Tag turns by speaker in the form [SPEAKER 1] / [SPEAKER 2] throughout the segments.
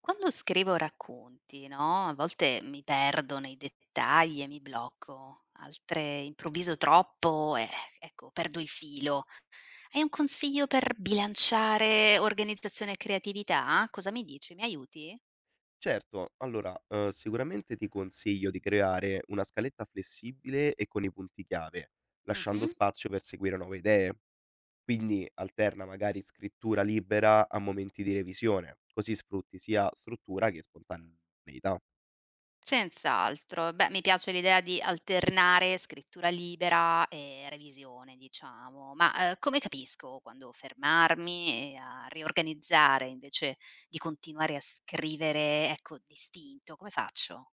[SPEAKER 1] Quando scrivo racconti, no, a volte mi perdo nei dettagli e mi blocco, altre improvviso troppo e, ecco, perdo il filo. Hai un consiglio per bilanciare organizzazione e creatività? Cosa mi dici? Mi aiuti?
[SPEAKER 2] Certo, allora, sicuramente ti consiglio di creare una scaletta flessibile e con i punti chiave, lasciando
[SPEAKER 1] Mhm.
[SPEAKER 2] spazio per seguire nuove idee. Quindi alterna magari scrittura libera a momenti di revisione, così sfrutti sia struttura che spontaneità.
[SPEAKER 1] Senz'altro. Beh, mi piace l'idea di alternare scrittura libera e revisione, diciamo, ma, come capisco quando fermarmi e a riorganizzare invece di continuare a scrivere, ecco, distinto? Come faccio?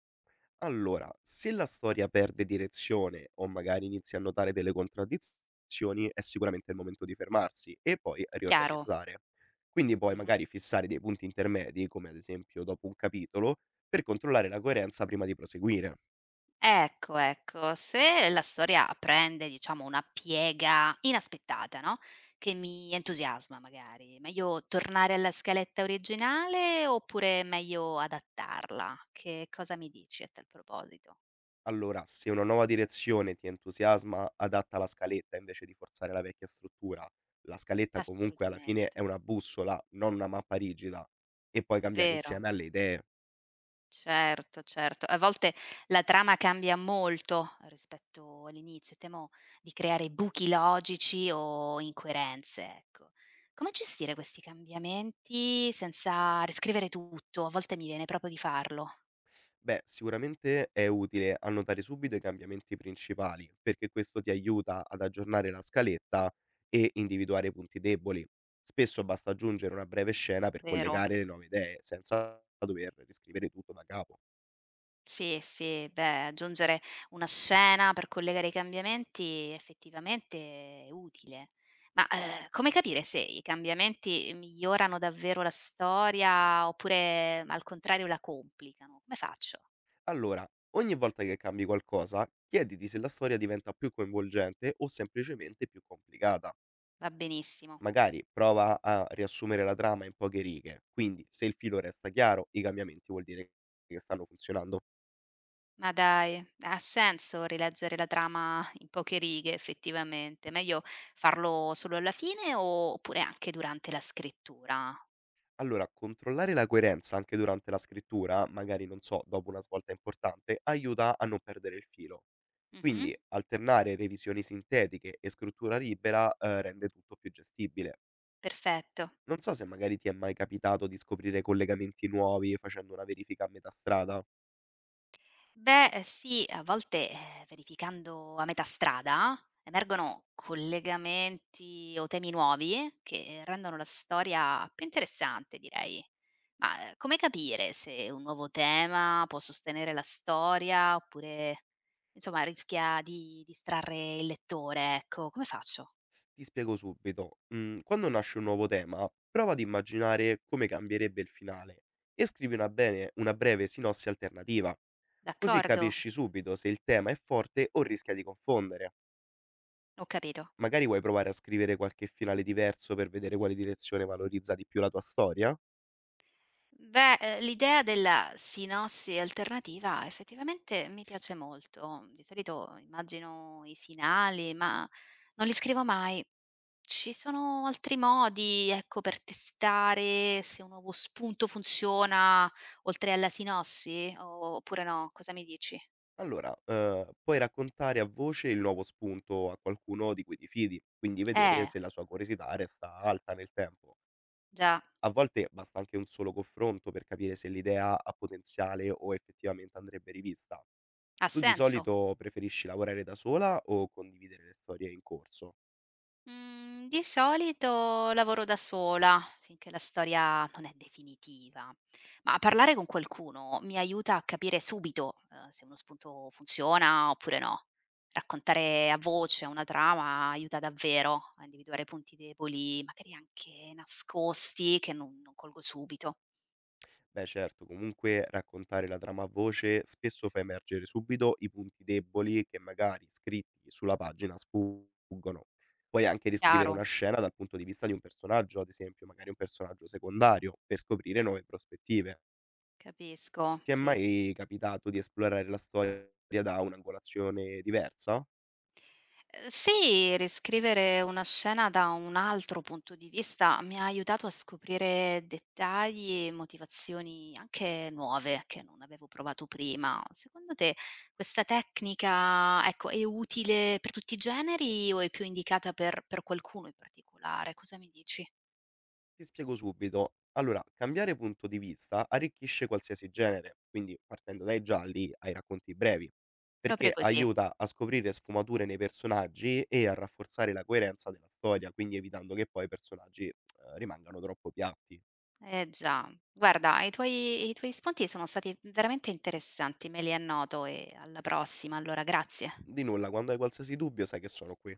[SPEAKER 2] Allora, se la storia perde direzione o magari inizi a notare delle contraddizioni, è sicuramente il momento di fermarsi e poi
[SPEAKER 1] Chiaro?
[SPEAKER 2] riorganizzare. Quindi puoi
[SPEAKER 1] Mh-mh.
[SPEAKER 2] magari fissare dei punti intermedi, come ad esempio dopo un capitolo, per controllare la coerenza prima di proseguire.
[SPEAKER 1] Ecco, ecco, se la storia prende diciamo una piega inaspettata, no, che mi entusiasma magari, meglio tornare alla scaletta originale oppure meglio adattarla? Che cosa mi dici a tal proposito?
[SPEAKER 2] Allora, se una nuova direzione ti entusiasma, adatta la scaletta invece di forzare la vecchia struttura. La scaletta comunque alla fine
[SPEAKER 1] Assolutamente,
[SPEAKER 2] è una bussola, non una mappa rigida, e puoi cambiare
[SPEAKER 1] vero.
[SPEAKER 2] insieme alle idee.
[SPEAKER 1] Certo, certo. A volte la trama cambia molto rispetto all'inizio, temo di creare buchi logici o incoerenze, ecco. Come gestire questi cambiamenti senza riscrivere tutto? A volte mi viene proprio di farlo,
[SPEAKER 2] Beh, sicuramente è utile annotare subito i cambiamenti principali, perché questo ti aiuta ad aggiornare la scaletta e individuare i punti deboli. Spesso basta aggiungere una breve scena per
[SPEAKER 1] vero?
[SPEAKER 2] collegare le nuove idee, senza dover riscrivere tutto da capo.
[SPEAKER 1] Sì, sì, beh, aggiungere una scena per collegare i cambiamenti effettivamente è utile. Ma, come capire se i cambiamenti migliorano davvero la storia oppure al contrario la complicano? Come faccio?
[SPEAKER 2] Allora, ogni volta che cambi qualcosa, chiediti se la storia diventa più coinvolgente o semplicemente più complicata.
[SPEAKER 1] Va benissimo.
[SPEAKER 2] Magari prova a riassumere la trama in poche righe, quindi se il filo resta chiaro, i cambiamenti vuol dire che stanno funzionando.
[SPEAKER 1] Ma dai, ha senso rileggere la trama in poche righe effettivamente. Meglio farlo solo alla fine o oppure anche durante la scrittura?
[SPEAKER 2] Allora, controllare la coerenza anche durante la scrittura, magari non so, dopo una svolta importante, aiuta a non perdere il filo.
[SPEAKER 1] Mh-mh,
[SPEAKER 2] Quindi alternare revisioni sintetiche e scrittura libera, rende tutto più gestibile.
[SPEAKER 1] perfetto.
[SPEAKER 2] Non so se magari ti è mai capitato di scoprire collegamenti nuovi facendo una verifica a metà strada.
[SPEAKER 1] Beh, sì, a volte, verificando a metà strada, emergono collegamenti o temi nuovi che rendono la storia più interessante, direi. Ma, come capire se un nuovo tema può sostenere la storia oppure, insomma, rischia di distrarre il lettore, ecco, come faccio?
[SPEAKER 2] Ti spiego subito. Quando nasce un nuovo tema, prova ad immaginare come cambierebbe il finale e scrivi una breve sinossi alternativa. Così
[SPEAKER 1] D'accordo?
[SPEAKER 2] capisci subito se il tema è forte o rischia di confondere.
[SPEAKER 1] Ho capito.
[SPEAKER 2] Magari vuoi provare a scrivere qualche finale diverso per vedere quale direzione valorizza di più la tua storia?
[SPEAKER 1] Beh, l'idea della sinossi alternativa effettivamente mi piace molto. Di solito immagino i finali, ma non li scrivo mai. Ci sono altri modi, ecco, per testare se un nuovo spunto funziona oltre alla sinossi, oppure no? Cosa mi dici?
[SPEAKER 2] Allora, puoi raccontare a voce il nuovo spunto a qualcuno di cui ti fidi, quindi vedere
[SPEAKER 1] Eh,
[SPEAKER 2] se la sua curiosità resta alta nel tempo.
[SPEAKER 1] già,
[SPEAKER 2] A volte basta anche un solo confronto per capire se l'idea ha potenziale o effettivamente andrebbe rivista.
[SPEAKER 1] ha
[SPEAKER 2] Tu di
[SPEAKER 1] senso.
[SPEAKER 2] solito preferisci lavorare da sola o condividere le storie in corso?
[SPEAKER 1] Mhmm, di solito lavoro da sola, finché la storia non è definitiva, ma parlare con qualcuno mi aiuta a capire subito, se uno spunto funziona oppure no. Raccontare a voce una trama aiuta davvero a individuare punti deboli, magari anche nascosti, che non colgo subito.
[SPEAKER 2] Beh certo, comunque raccontare la trama a voce spesso fa emergere subito i punti deboli che magari scritti sulla pagina sfuggono. Puoi anche riscrivere
[SPEAKER 1] Chiaro,
[SPEAKER 2] una scena dal punto di vista di un personaggio, ad esempio magari un personaggio secondario, per scoprire nuove prospettive.
[SPEAKER 1] capisco,
[SPEAKER 2] Ti è
[SPEAKER 1] sì.
[SPEAKER 2] mai capitato di esplorare la storia da un'angolazione diversa?
[SPEAKER 1] Sì, riscrivere una scena da un altro punto di vista mi ha aiutato a scoprire dettagli e motivazioni anche nuove che non avevo provato prima. Secondo te questa tecnica, ecco, è utile per tutti i generi o è più indicata per qualcuno in particolare? Cosa mi dici?
[SPEAKER 2] Ti spiego subito. Allora, cambiare punto di vista arricchisce qualsiasi genere, quindi partendo dai gialli ai racconti brevi,
[SPEAKER 1] Proprio
[SPEAKER 2] perché
[SPEAKER 1] così.
[SPEAKER 2] aiuta a scoprire sfumature nei personaggi e a rafforzare la coerenza della storia, quindi evitando che poi i personaggi, rimangano troppo piatti.
[SPEAKER 1] Eh già. Guarda, i tuoi spunti sono stati veramente interessanti, me li annoto e alla prossima allora, grazie.
[SPEAKER 2] Di nulla, quando hai qualsiasi dubbio sai che sono qui.